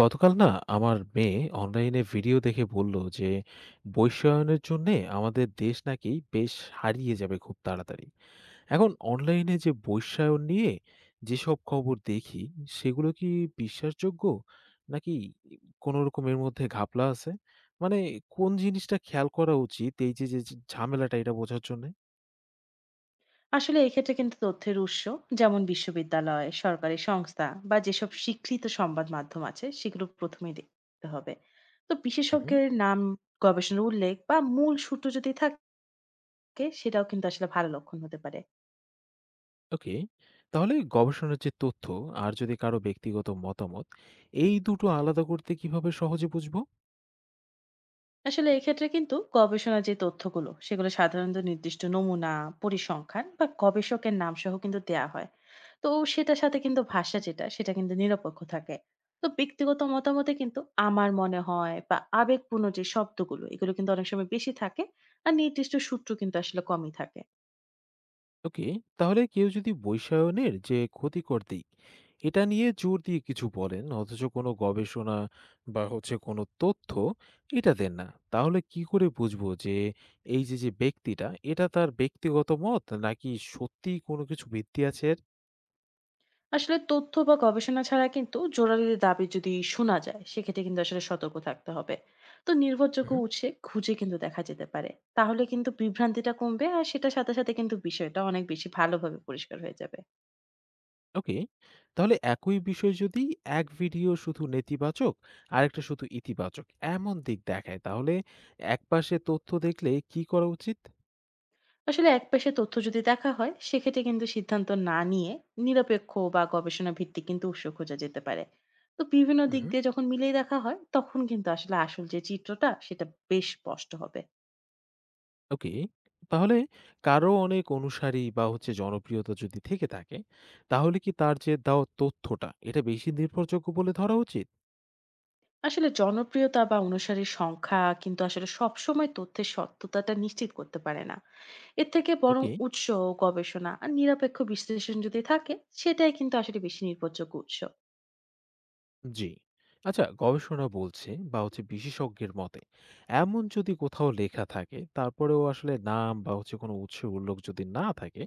গতকাল না, আমার মেয়ে অনলাইনে ভিডিও দেখে বলল যে বৈশ্বায়নের জন্যে আমাদের দেশ নাকি বেশ হারিয়ে যাবে খুব তাড়াতাড়ি। এখন অনলাইনে যে বৈশ্বায়ন নিয়ে যেসব খবর দেখি, সেগুলো কি বিশ্বাসযোগ্য, নাকি কোনো রকম এর মধ্যে ঘাপলা আছে? মানে কোন জিনিসটা খেয়াল করা উচিত এই যে যে যে ঝামেলাটা এটা বোঝার জন্যে? আসলে এক্ষেত্রে কিন্তু তথ্যের উৎস যেমন বিশ্ববিদ্যালয়, সরকারি সংস্থা বা যেসব স্বীকৃত সংবাদ মাধ্যম আছে সেগুলো প্রথমেই দেখতে হবে। তো হুম। বিশেষজ্ঞের নাম, গবেষণার উল্লেখ বা মূল সূত্র যদি থাকে, সেটাও কিন্তু আসলে ভালো লক্ষণ হতে পারে। ওকে, তাহলে গবেষণার যে তথ্য আর যদি কারো ব্যক্তিগত মতামত, এই দুটো আলাদা করতে কিভাবে সহজে বুঝবো? আসলে এক্ষেত্রে কিন্তু গবেষণার যে তথ্যগুলো সেগুলো সাধারণত নির্দিষ্ট নমুনা, পরিসংখ্যান বা গবেষকের নাম সহ কিন্তু দেয়া হয়। তো সেটার সাথে কিন্তু ভাষা যেটা সেটা কিন্তু নিরপেক্ষ থাকে। তো ব্যক্তিগত মতামতে কিন্তু আমার মনে হয় বা আবেগপূর্ণ যে শব্দগুলো এগুলো কিন্তু অনেক সময় বেশি থাকে। আর নির্দিষ্ট সূত্র কিন্তু আসলে কমই থাকে। ওকে, তাহলে কেউ যদি বৈশায়নের যে ক্ষতিকর দিক, এটা নিয়ে জোর দিয়ে কিছু বলেন অথচ কোনো গবেষণা বা হচ্ছে কোনো তথ্য এটা দেন না, তাহলে কি করে বুঝবো যে এই যে যে ব্যক্তিটা এটা তার ব্যক্তিগত মত নাকি সত্যি কোনো কিছু ভিত্তি আছে এর? আসলে তথ্য বা গবেষণা ছাড়া কিন্তু জোরালো দাবি যদি শোনা যায়, সেক্ষেত্রে কিন্তু আসলে সতর্ক থাকতে হবে। তো নির্ভরযোগ্য হুম। উৎসে খুঁজে কিন্তু দেখা যেতে পারে। তাহলে কিন্তু বিভ্রান্তিটা কমবে, আর সেটার সাথে কিন্তু বিষয়টা অনেক বেশি ভালোভাবে পরিষ্কার হয়ে যাবে। ওকে, তাহলে একই বিষয় যদি এক ভিডিও শুধু নেতিবাচক, আরেকটা শুধু ইতিবাচক এমন দিক দেখায়, তাহলে একপাশে তথ্য দেখলে কি করা উচিত? আসলে একপেশে তথ্য যদি দেখা হয়, সেক্ষেত্রে কিন্তু সিদ্ধান্ত না নিয়ে নিরপেক্ষ বা গবেষণা ভিত্তিক কিন্তু উৎস খোঁজা যেতে পারে। তো বিভিন্ন দিক দিয়ে যখন মিলিয়ে দেখা হয়, তখন কিন্তু আসলে আসল যে চিত্রটা সেটা বেশ স্পষ্ট হবে। ওকে। তাহলে কারো অনেক অনুসারী বা হচ্ছে জনপ্রিয়তা যদি থেকে থাকে, তাহলে কি তার যে দেওয়া তথ্যটা এটা বেশি নির্ভরযোগ্য বলে ধরা উচিত? আসলে জনপ্রিয়তা বা অনুসারীর সংখ্যা কিন্তু আসলে সবসময় তথ্যের সত্যতাটা নিশ্চিত করতে পারে না। এর থেকে বরং ওকে। উৎস, গবেষণা আর নিরপেক্ষ বিশ্লেষণ যদি থাকে, সেটাই কিন্তু আসলে বেশি নির্ভরযোগ্য উৎস। জি। আচ্ছা, গবেষণা বলছে বা হচ্ছে বিশেষজ্ঞের মতে এমন যদি কোথাও লেখা থাকে, তারপরেও আসলে নাম বা হচ্ছে কোনো উৎসের উল্লেখ যদি না থাকে,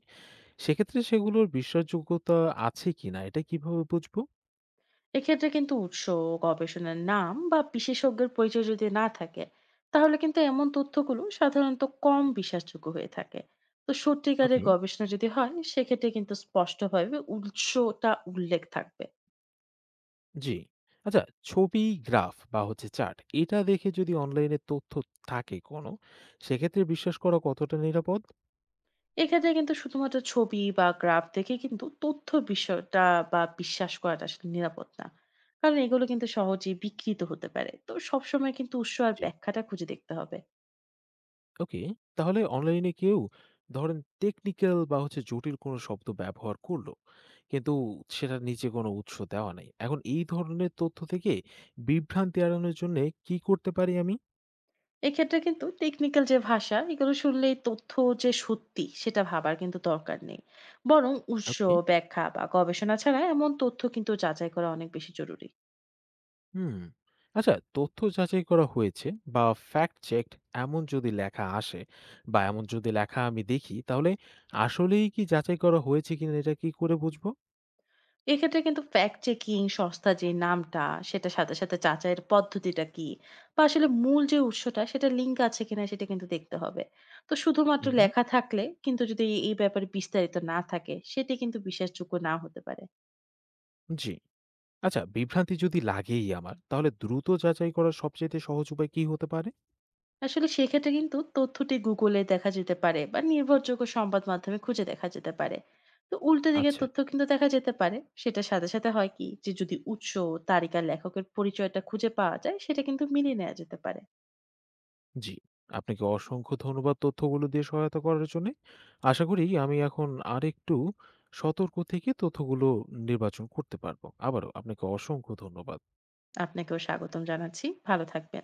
সেক্ষেত্রে সেগুলোর বিশ্বাসযোগ্যতা আছে কিনা এটা কিভাবে বুঝবো? এক্ষেত্রে কিন্তু উৎস, গবেষণার নাম বা বিশেষজ্ঞের পরিচয় যদি না থাকে, তাহলে কিন্তু এমন তথ্যগুলো সাধারণত কম বিশ্বাসযোগ্য হয়ে থাকে। তো সত্যিকারের ওকে। গবেষণা যদি হয়, সেক্ষেত্রে কিন্তু স্পষ্টভাবে উৎসটা উল্লেখ থাকবে। জি। আচ্ছা, ছবি, গ্রাফ বা হচ্ছে চার্ট এটা দেখে যদি অনলাইনে তথ্য থাকে কোনো, সেক্ষেত্রে বিশ্বাস করা কতটা নিরাপদ? এক্ষেত্রে কিন্তু শুধুমাত্র ছবি বা গ্রাফ দেখে কিন্তু তথ্য বিষয়টা বা বিশ্বাস করাটা আসলে নিরাপদ না। কারণ এগুলো কিন্তু সহজে বিকৃত হতে পারে। তো সবসময় কিন্তু উৎস আর জি। ব্যাখ্যাটা খুঁজে দেখতে হবে। ওকে, তাহলে অনলাইনে কেউ ধরেন টেকনিক্যাল বা হচ্ছে জটিল কোনো শব্দ ব্যবহার করলো, কিন্তু সেটা নিচে কোনো উৎস দেওয়া নাই। এখন এই ধরনের তথ্য থেকে বিভ্রান্তি এড়ানোর জন্যে কি করতে পারি আমি? এক্ষেত্রে কিন্তু টেকনিক্যাল যে ভাষা এগুলো শুনলেই তথ্য যে সত্যি সেটা ভাবার কিন্তু দরকার নেই। বরং উৎস, ওকে। ব্যাখ্যা বা গবেষণা ছাড়া এমন তথ্য কিন্তু যাচাই করা অনেক বেশি জরুরি। হুম। আচ্ছা, তথ্য যাচাই করা হয়েছে বা ফ্যাক্ট চেকড এমন যদি লেখা আসে, বা এমন যদি লেখা আমি দেখি, তাহলে আসলেই কি যাচাই করা হয়েছে কিনা এটা কি করে বুঝবো? এক্ষেত্রে কিন্তু ফ্যাক্ট চেকিং সংস্থা যে নামটা সেটা, সাথে সাথে যাচাইয়ের পদ্ধতিটা কি বা আসলে মূল যে উৎসটা সেটা লিঙ্ক আছে কিনা সেটা কিন্তু দেখতে হবে। তো শুধুমাত্র হুম। লেখা থাকলে কিন্তু যদি এই ব্যাপারে বিস্তারিত না থাকে, সেটি কিন্তু বিশ্বাসযোগ্য না হতে পারে। জি। আচ্ছা, বিভ্রান্তি যদি লাগেই আমার, তাহলে দ্রুত যাচাই করার সবচেয়ে সহজ উপায় কি হতে পারে? আসলে সেক্ষেত্রে কিন্তু তথ্যটি গুগলে দেখা যেতে পারে বা নির্ভরযোগ্য সংবাদ মাধ্যমে খুঁজে দেখা যেতে পারে। তো উল্টো দিকের আচ্ছা। তথ্য কিন্তু দেখা যেতে পারে। সেটার সাথে সাথে হয় কি যে যদি উৎস, তারিখ আর লেখকের পরিচয়টা খুঁজে পাওয়া যায়, সেটা কিন্তু মিলিয়ে নেওয়া যেতে পারে। জি। আপনাকে অসংখ্য ধন্যবাদ তথ্যগুলো দিয়ে সহায়তা করার জন্য। আশা করি আমি এখন আরেকটু সতর্ক থেকে তথ্যগুলো নির্বাচন করতে পারবো। আবারও আপনাকে অসংখ্য ধন্যবাদ। আপনাকেও স্বাগতম জানাচ্ছি, ভালো থাকবেন।